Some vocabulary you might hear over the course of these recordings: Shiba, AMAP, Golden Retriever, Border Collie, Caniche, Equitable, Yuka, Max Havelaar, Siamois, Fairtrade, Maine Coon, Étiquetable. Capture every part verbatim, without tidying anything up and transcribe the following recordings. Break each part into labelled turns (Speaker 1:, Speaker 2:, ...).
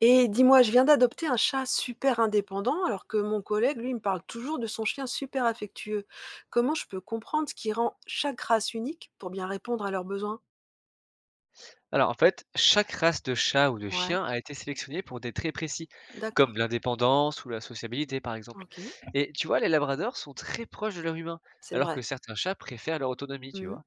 Speaker 1: Et dis-moi, je viens d'adopter un chat super indépendant, alors que mon collègue, lui, me parle toujours de son chien super affectueux. Comment je peux comprendre ce qui rend chaque race unique pour bien répondre à leurs besoins?
Speaker 2: Alors en fait, chaque race de chat ou de
Speaker 1: Ouais,
Speaker 2: chien a été sélectionnée pour des traits précis, comme
Speaker 1: d'accord.
Speaker 2: l'indépendance ou la sociabilité par exemple.
Speaker 1: Ok,
Speaker 2: Et tu vois, les labradors sont très proches de leur humain,
Speaker 1: c'est
Speaker 2: alors que
Speaker 1: vrai.
Speaker 2: certains chats préfèrent leur autonomie, tu
Speaker 1: Mhm.
Speaker 2: vois.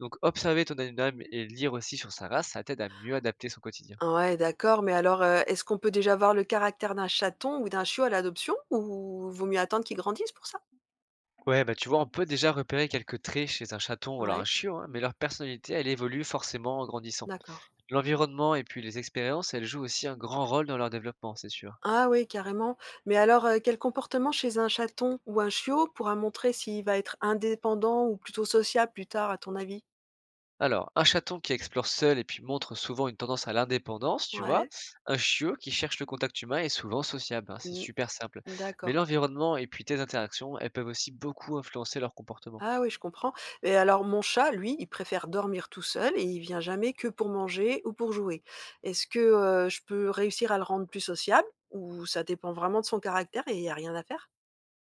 Speaker 2: Donc observer ton animal et lire aussi sur sa race, ça t'aide à mieux adapter son quotidien.
Speaker 1: Ah ouais, d'accord, mais alors, euh, est-ce qu'on peut déjà voir le caractère d'un chaton ou d'un chiot à l'adoption, ou vaut mieux attendre qu'ils grandissent pour ça?
Speaker 2: Ouais, bah tu vois, on peut déjà repérer quelques traits chez un chaton ou alors un
Speaker 1: Ouais,
Speaker 2: chiot, hein, mais leur personnalité, elle évolue forcément en grandissant.
Speaker 1: d'accord.
Speaker 2: L'environnement et puis les expériences, elles jouent aussi un grand rôle dans leur développement, c'est sûr.
Speaker 1: Ah oui, carrément. Mais alors, euh, quel comportement chez un chaton ou un chiot pourra montrer s'il va être indépendant ou plutôt sociable plus tard, à ton avis?
Speaker 2: Alors, un chaton qui explore seul et puis montre souvent une tendance à l'indépendance, tu vois.
Speaker 1: Ouais.
Speaker 2: Un chiot qui cherche le contact humain est souvent sociable, hein, c'est
Speaker 1: Mmh.
Speaker 2: super simple. Mais
Speaker 1: D'accord.
Speaker 2: l'environnement et puis tes interactions, elles peuvent aussi beaucoup influencer leur comportement.
Speaker 1: Ah oui, je comprends, et alors mon chat, lui, il préfère dormir tout seul et il vient jamais que pour manger ou pour jouer. Est-ce que, heu, je peux réussir à le rendre plus sociable ou ça dépend vraiment de son caractère et il y a rien à faire?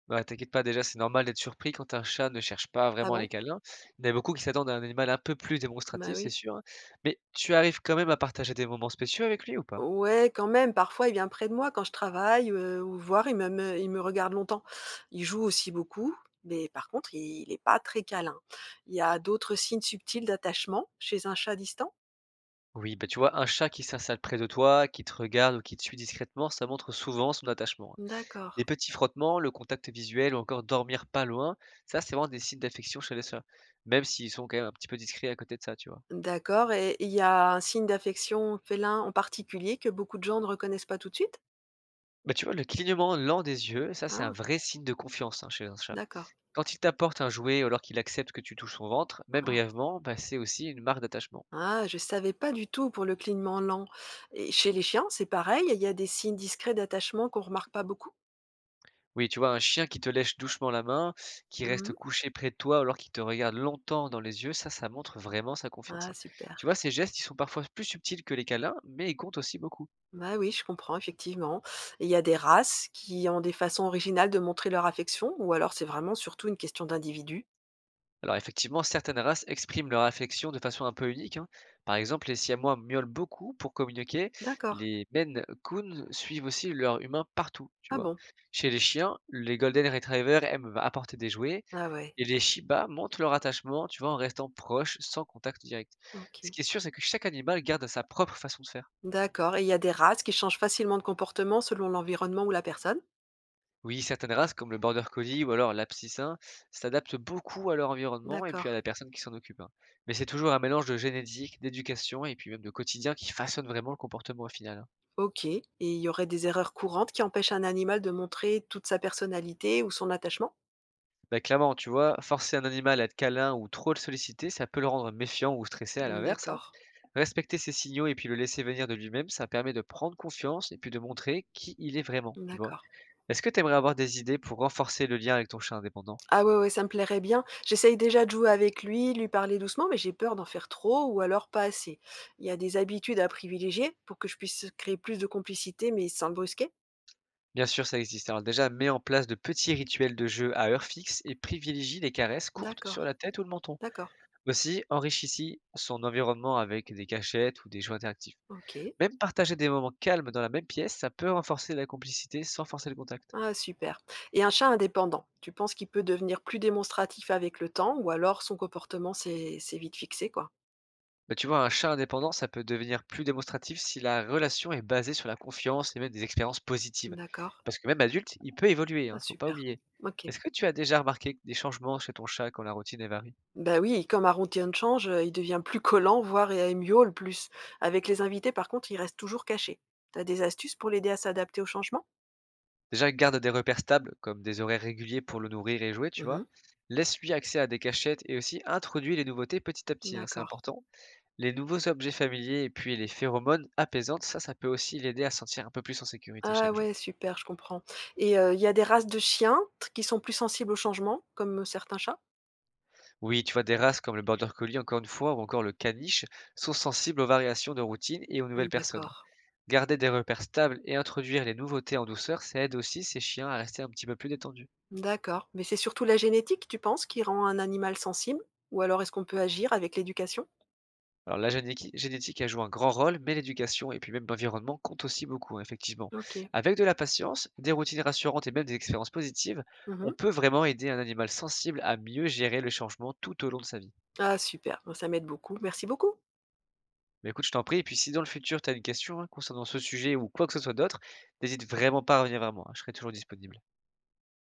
Speaker 2: Bah, t'inquiète pas, déjà, c'est normal d'être surpris quand un chat ne cherche pas
Speaker 1: Ah
Speaker 2: vraiment les
Speaker 1: bon?
Speaker 2: câlins. Il y en a beaucoup qui s'attendent à un animal un peu plus
Speaker 1: Bah
Speaker 2: démonstratif, c'est
Speaker 1: oui.
Speaker 2: sûr, hein. Mais tu arrives quand même à partager des moments spéciaux avec lui ou pas?
Speaker 1: Ouais, quand même, parfois il vient près de moi quand je travaille, heu, ou voir, il me me il me regarde longtemps. Il joue aussi beaucoup, mais par contre il n'est pas très câlin. Il y a d'autres signes subtils d'attachement chez un chat distant?
Speaker 2: Oui, bah tu vois, un chat qui s'installe près de toi, qui te regarde ou qui te suit discrètement, ça montre souvent son attachement, hein. Les
Speaker 1: D'accord.
Speaker 2: petits frottements, le contact visuel ou encore dormir pas loin, ça, c'est vraiment des signes d'affection chez les chats, même s'ils sont quand même un petit peu discrets à côté de ça, tu vois?
Speaker 1: D'accord, et il y a un signe d'affection félin en particulier que beaucoup de gens ne reconnaissent pas tout de suite?
Speaker 2: Bah, tu vois, le clignement lent des yeux, ça, c'est un
Speaker 1: Ah,
Speaker 2: vrai signe de confiance, hein, chez un chat.
Speaker 1: d'accord.
Speaker 2: Quand il t'apporte un jouet ou alors qu'il accepte que tu touches son ventre, même brièvement, bah, c'est aussi une marque d'attachement.
Speaker 1: Ah, je savais pas du tout pour le clignement lent, et chez les chiens, c'est pareil? Il y a des signes discrets d'attachement qu'on remarque pas beaucoup?
Speaker 2: Oui, tu vois, un chien qui te lèche doucement la main, qui reste
Speaker 1: Mmh.
Speaker 2: couché près de toi ou alors qui te regarde longtemps dans les yeux, ça, ça montre vraiment sa confiance,
Speaker 1: Ah
Speaker 2: hein.
Speaker 1: super.
Speaker 2: Tu vois, ces gestes, ils sont parfois plus subtils que les câlins, mais ils comptent aussi beaucoup.
Speaker 1: Bah oui, je comprends effectivement. Il y a des races qui ont des façons originales de montrer leur affection ou alors c'est vraiment surtout une question d'individu?
Speaker 2: Alors effectivement, certaines races expriment leur affection de façon un peu unique, hein. Par exemple, les Siamois miaulent beaucoup pour communiquer.
Speaker 1: D'accord.
Speaker 2: Les Maine Coon suivent aussi leurs humains partout, tu
Speaker 1: Ah
Speaker 2: vois.
Speaker 1: bon?
Speaker 2: Chez les chiens, les Golden Retrievers aiment apporter des jouets
Speaker 1: Ah ouais.
Speaker 2: et les Shiba montrent leur attachement, tu vois, en restant proches sans contact direct. Ce
Speaker 1: OK.
Speaker 2: qui est sûr, c'est que chaque animal garde sa propre façon de faire.
Speaker 1: D'accord, et il y a des races qui changent facilement de comportement selon l'environnement ou la personne?
Speaker 2: Oui, certaines races, comme le border collie ou alors l'apsicin, s'adaptent beaucoup à leur environnement et puis à
Speaker 1: D'accord.
Speaker 2: la personne qui s'en occupe, hein. Mais c'est toujours un mélange de génétique, d'éducation et puis même de quotidien qui façonne vraiment le comportement au final, hein.
Speaker 1: OK, et il y aurait des erreurs courantes qui empêchent un animal de montrer toute sa personnalité ou son attachement?
Speaker 2: Bah, clairement, tu vois, forcer un animal à être câlin ou trop le solliciter, ça peut le rendre méfiant ou stressé à
Speaker 1: Mmh,
Speaker 2: l'inverse, hein.
Speaker 1: d'accord,
Speaker 2: Respecter ses signaux et puis le laisser venir de lui-même, ça permet de prendre confiance et puis de montrer qui il est vraiment, tu vois.
Speaker 1: d'accord.
Speaker 2: Est-ce que tu aimerais avoir des idées pour renforcer le lien avec ton chat indépendant?
Speaker 1: Ah ouais, ouais, ça me plairait bien. J'essaye déjà de jouer avec lui, lui parler doucement, mais j'ai peur d'en faire trop ou alors pas assez. Il y a des habitudes à privilégier pour que je puisse créer plus de complicité, mais sans le brusquer?
Speaker 2: Bien sûr, ça existe. Alors déjà, mets en place de petits rituels de jeu à heure fixe et privilégie les caresses courtes sur
Speaker 1: D'accord,
Speaker 2: la tête ou le menton.
Speaker 1: d'accord,
Speaker 2: Aussi, enrichissez son environnement avec des cachettes ou des jeux interactifs.
Speaker 1: OK.
Speaker 2: Même partager des moments calmes dans la même pièce, ça peut renforcer la complicité sans forcer le contact.
Speaker 1: Ah super, et un chat indépendant, tu penses qu'il peut devenir plus démonstratif avec le temps ou alors son comportement c'est c'est vite fixé, quoi?
Speaker 2: Mais tu vois, un chat indépendant, ça peut devenir plus démonstratif si la relation est basée sur la confiance et même des expériences positives.
Speaker 1: D'accord.
Speaker 2: Parce que même adulte, il peut évoluer, hein,
Speaker 1: Ah
Speaker 2: faut pas
Speaker 1: super.
Speaker 2: oublier.
Speaker 1: OK.
Speaker 2: Est-ce que tu as déjà remarqué des changements chez ton chat quand la routine est varie?
Speaker 1: Bah oui, comme Arontiern change, heu, il devient plus collant, voire et il miaule plus. Avec les invités, par contre, il reste toujours caché. T'as des astuces pour l'aider à s'adapter au changement?
Speaker 2: Déjà, garde des repères stables, comme des horaires réguliers pour le nourrir et jouer, tu vois.
Speaker 1: Mmh.
Speaker 2: Laisse-lui accès à des cachettes et aussi introduis les nouveautés petit à petit, hein, c'est
Speaker 1: D'accord.
Speaker 2: important. Les nouveaux objets familiers et puis les phéromones apaisantes, ça, ça peut aussi l'aider à se sentir un peu plus en sécurité
Speaker 1: Ah
Speaker 2: chaque jour.
Speaker 1: ouais, super, je comprends, et heu, il y a des races de chiens t qui sont plus sensibles au changement, comme, certains chats?
Speaker 2: Oui, tu vois, des races comme le Border Collie, encore une fois, ou encore le Caniche, sont sensibles aux variations de routine et aux nouvelles
Speaker 1: Mmh,
Speaker 2: personnes.
Speaker 1: d'accord.
Speaker 2: Garder des repères stables et introduire les nouveautés en douceur, ça aide aussi ces chiens à rester un petit peu plus détendus.
Speaker 1: D'accord, mais c'est surtout la génétique, tu penses, qui rend un animal sensible? Ou alors est-ce qu'on peut agir avec l'éducation?
Speaker 2: Alors la généqui génétique, a joué un grand rôle, mais l'éducation et puis même l'environnement comptent aussi beaucoup, hein, effectivement.
Speaker 1: OK.
Speaker 2: Avec de la patience, des routines rassurantes et même des expériences positives, on
Speaker 1: Mmh.
Speaker 2: peut vraiment aider un animal sensible à mieux gérer le changement tout au long de sa vie.
Speaker 1: Ah super, bah ça m'aide beaucoup. Merci beaucoup.
Speaker 2: Mais écoute, je t'en prie, et puis si dans le futur tu as une question hein, concernant ce sujet ou quoi que ce soit d'autre, n'hésite vraiment pas à revenir vers moi, hein, je serai toujours disponible.